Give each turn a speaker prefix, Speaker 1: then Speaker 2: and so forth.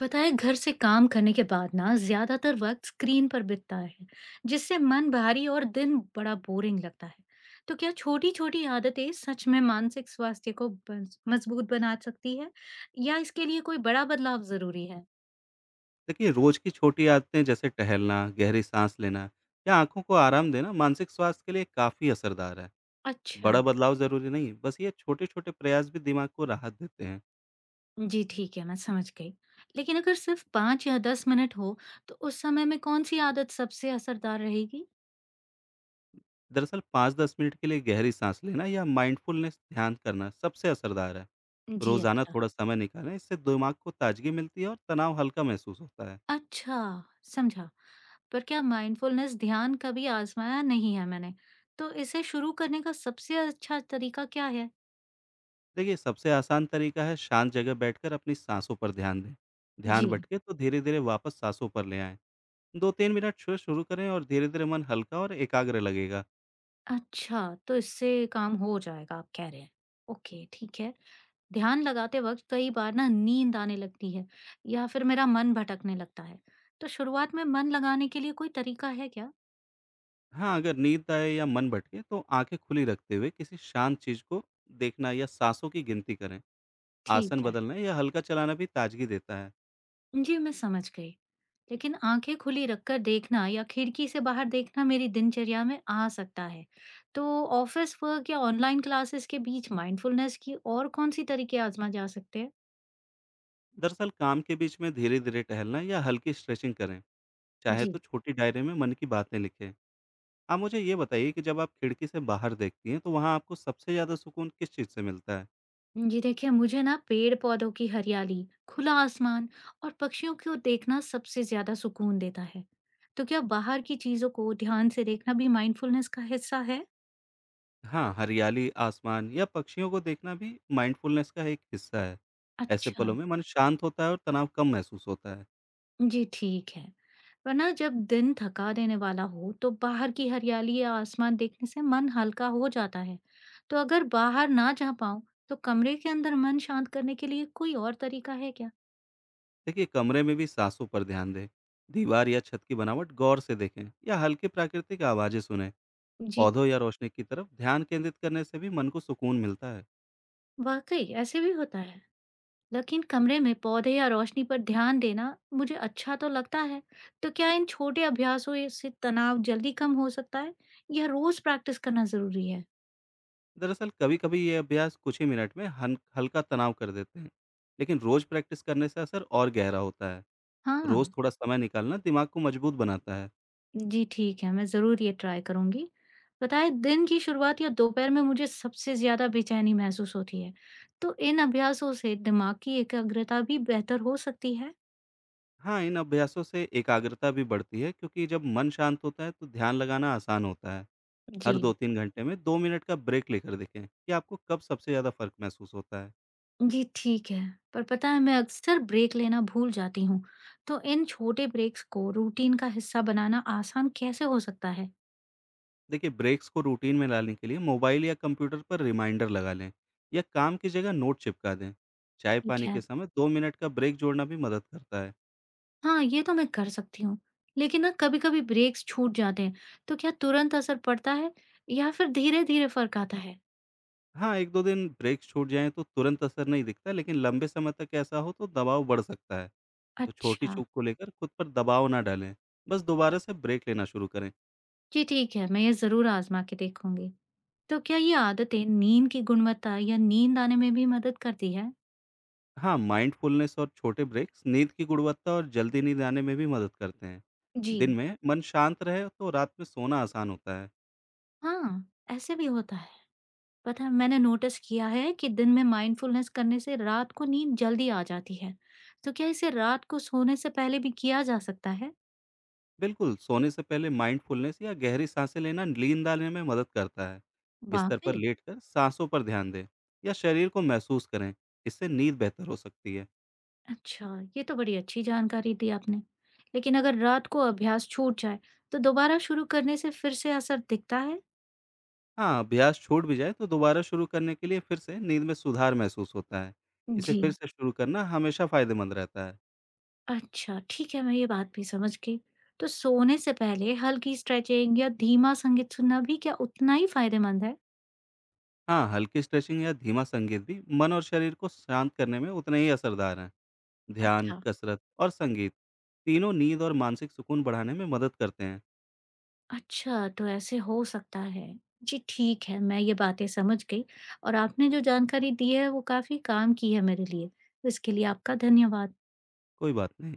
Speaker 1: पता है, घर से काम करने के बाद ना ज्यादातर वक्त स्क्रीन पर बीतता है जिससे मन भारी और दिन बड़ा बोरिंग लगता है। तो क्या छोटी छोटी आदतें सच में मानसिक स्वास्थ्य को मजबूत बना सकती है या इसके लिए कोई बड़ा बदलाव जरूरी है?
Speaker 2: देखिए, रोज की छोटी आदतें जैसे टहलना, गहरी सांस लेना या आँखों को आराम देना मानसिक स्वास्थ्य के लिए काफ़ी असरदार है।
Speaker 1: अच्छा।
Speaker 2: बड़ा बदलाव ज़रूरी नहीं, बस ये छोटे-छोटे प्रयास भी दिमाग को राहत देते हैं।
Speaker 1: जी ठीक है, मैं समझ गई। लेकिन अगर सिर्फ 5 या 10 मिनट हो तो उस समय में कौन सी आदत सबसे असरदार रहेगी?
Speaker 2: दरअसल 5-10 मिनट के लिए गहरी सांस लेना या माइंडफुलनेस ध्यान करना सबसे असरदार है।
Speaker 1: जी
Speaker 2: रोज़ाना
Speaker 1: अच्छा।
Speaker 2: थोड़ा समय निकालें, इससे दिमाग को ताजगी मिलती है और तनाव हल्का महसूस होता है।
Speaker 1: अच्छा, समझा। पर क्या माइंडफुलनेस ध्यान कभी आजमाया नहीं है मैंने, तो इसे शुरू करने का सबसे अच्छा तरीका क्या है?
Speaker 2: देखिए, सबसे आसान तरीका है शांत जगह बैठकर अपनी सांसों पर ध्यान दें।
Speaker 1: जी
Speaker 2: ध्यान भटके तो धीरे-धीरे वापस सांसों पर ले आएँ। 2-3 मिनट शो शुरू करें और धीरे-धीरे मन हल्का और एकाग्र लगेगा।
Speaker 1: अच्छा, तो इससे काम हो जाएगा आप कह रहे हैं। ओके, ठीक है। ध्यान लगाते वक्त कई बार ना नींद आने लगती है या फिर मेरा मन भटकने लगता है। तो शुरुआत में मन लगाने के लिए कोई तरीका है क्या?
Speaker 2: हाँ, अगर नींद आए या मन भटके तो आँखें खुली रखते हुए किसी शांत चीज़ को देखना या साँसों की गिनती करें।
Speaker 1: ठीक
Speaker 2: आसन
Speaker 1: है।
Speaker 2: बदलना या हल्का चलाना भी ताजगी देता है।
Speaker 1: जी, मैं समझ गई। लेकिन आँखें खुली रखकर देखना या खिड़की से बाहर देखना मेरी दिनचर्या में आ सकता है। तो ऑफ़िस वर्क या ऑनलाइन क्लासेस के बीच माइंडफुलनेस की और कौन-सी तरीके आज़मा जा सकते हैं?
Speaker 2: दरअसल काम के बीच में धीरे-धीरे टहलना या हल्की स्ट्रेचिंग करें। चाहे
Speaker 1: जी।
Speaker 2: तो छोटी डायरी में मन की बातें लिखें। आप मुझे ये बताइए कि जब आप खिड़की से बाहर देखती हैं तो वहाँ आपको सबसे ज़्यादा सुकून किस चीज़ से मिलता है?
Speaker 1: जी देखिए, मुझे ना पेड़-पौधों की हरियाली, खुला आसमान और पक्षियों को देखना सबसे ज़्यादा सुकून देता है। तो क्या बाहर की चीज़ों को ध्यान से देखना भी माइंडफुलनेस का हिस्सा है?
Speaker 2: हाँ, हरियाली, आसमान या पक्षियों को देखना भी माइंडफुलनेस का एक हिस्सा है। ऐसे
Speaker 1: अच्छा।
Speaker 2: पलों में मन शांत होता है और तनाव कम महसूस होता है।
Speaker 1: जी, ठीक है। वरना जब दिन थका देने वाला हो, तो बाहर की हरियाली या आसमान देखने से मन हल्का हो जाता है। तो अगर बाहर ना जा पाऊँ, तो कमरे के अंदर मन शांत करने के लिए कोई और तरीका है क्या?
Speaker 2: देखिए, कमरे में भी सांसों पर ध्यान दें, दीवार या छत की बनावट गौर से देखें या हल्की प्राकृतिक आवाज़ें सुनें।
Speaker 1: जी
Speaker 2: पौधों
Speaker 1: ठीक।
Speaker 2: या रोशनी की तरफ ध्यान केंद्रित करने से भी मन को सुकून मिलता है।
Speaker 1: वाक़ई, ऐसे भी होता है। लेकिन कमरे में पौधे या रोशनी पर ध्यान देना मुझे अच्छा तो लगता है। तो क्या इन छोटे अभ्यासों से तनाव जल्दी कम हो सकता है, या रोज़ प्रैक्टिस करना ज़रूरी है?
Speaker 2: दरअसल, कभी-कभी ये अभ्यास कुछ ही मिनट में हन हल्का तनाव कर देते हैं, लेकिन रोज़ प्रैक्टिस करने से असर और गहरा होता है।
Speaker 1: हाँ।
Speaker 2: रोज़ थोड़ा समय निकालना दिमाग को मजबूत बनाता है।
Speaker 1: जी, ठीक है, मैं ज़रूर ये ट्राई करूँगी। बताएँ, दिन की शुरुआत या दोपहर में मुझे सबसे ज़्यादा बेचैनी महसूस होती है, तो इन अभ्यासों से दिमाग की एकाग्रता भी बेहतर हो सकती है।
Speaker 2: हाँ, इन अभ्यासों से एकाग्रता भी बढ़ती है क्योंकि जब मन शांत होता है तो ध्यान लगाना आसान होता है।
Speaker 1: जी।
Speaker 2: हर 2-3 घंटे में 2 मिनट का ब्रेक लेकर देखें कि आपको कब सबसे ज़्यादा फ़र्क महसूस होता है।
Speaker 1: जी, ठीक है, पर पता है मैं अक्सर ब्रेक लेना भूल जाती हूँ, तो इन छोटे ब्रेक्स को रूटीन का हिस्सा बनाना आसान कैसे हो सकता है?
Speaker 2: देखिए ब्रेक्स को रूटीन में लाने के लिए मोबाइल या कंप्यूटर पर रिमाइंडर लगा लें या काम की जगह नोट चिपका दें।
Speaker 1: ठीक
Speaker 2: चाय-पानी के
Speaker 1: है।
Speaker 2: समय 2 मिनट का ब्रेक जोड़ना भी मदद करता है।
Speaker 1: हाँ, ये तो मैं कर सकती हूँ, लेकिन ना कभी-कभी ब्रेक्स छूट जाते हैं, तो क्या तुरंत असर पड़ता है या फिर धीरे-धीरे फ़र्क आता है?
Speaker 2: हाँ, 1-2 दिन ब्रेक्स छूट जाएँ तो तुरंत असर नहीं दिखता, लेकिन लंबे समय तक ऐसा हो तो दबाव बढ़ सकता है। तो छोटी
Speaker 1: अच्छा।
Speaker 2: चूक को लेकर खुद पर दबाव ना डालें, बस दोबारा से ब्रेक लेना शुरू करें।
Speaker 1: जी, ठीक है, मैं ये ज़रूर आज़मा के देखूँगी। तो क्या ये आदतें नींद की गुणवत्ता या नींद आने में भी मदद करती है?
Speaker 2: हाँ, माइंडफुलनेस और छोटे ब्रेक्स नींद की गुणवत्ता और जल्दी नींद आने में भी मदद करते हैं।
Speaker 1: जी
Speaker 2: दिन में मन शांत रहे तो रात में सोना आसान होता है।
Speaker 1: हाँ, ऐसे भी होता है। पता है, मैंने नोटिस किया है कि दिन में माइंडफुलनेस करने से रात को नींद जल्दी आ जाती है। तो क्या इसे रात को सोने से पहले भी किया जा सकता है?
Speaker 2: बिल्कुल, सोने से पहले माइंडफुलनेस या गहरी सांसें लेना नींद आने में मदद करता है। बिस्तर पर
Speaker 1: वाक़ई?
Speaker 2: लेटकर सांसों पर ध्यान दें या शरीर को महसूस करें, इससे नींद बेहतर हो सकती है।
Speaker 1: अच्छा, ये तो बड़ी अच्छी जानकारी दी आपने। लेकिन अगर रात को अभ्यास छूट जाए, तो दोबारा शुरू करने से फिर से असर दिखता है?
Speaker 2: हाँ, अभ्यास छूट भी जाए तो दोबारा शुरू करने के लिए फिर से नींद में सुधार महसूस होता है। इसे
Speaker 1: जी
Speaker 2: फिर से शुरू करना हमेशा फ़ायदेमंद रहता है।
Speaker 1: अच्छा, ठीक है, मैं ये बात भी समझ गई। तो सोने से पहले हल्की स्ट्रेचिंग या धीमा संगीत सुनना भी क्या उतना ही फ़ायदेमंद है?
Speaker 2: हाँ, हल्की स्ट्रेचिंग या धीमा संगीत भी मन और शरीर को शांत करने में उतने ही असरदार हैं। ध्यान,
Speaker 1: अच्छा।
Speaker 2: कसरत और संगीत तीनों नींद और मानसिक सुकून बढ़ाने में मदद करते हैं।
Speaker 1: अच्छा, तो ऐसे हो सकता है। जी, ठीक है, मैं ये बातें समझ गई और आपने जो जानकारी दी है, वो काफ़ी काम की है मेरे लिए। तो इसके लिए आपका धन्यवाद।
Speaker 2: कोई बात नहीं।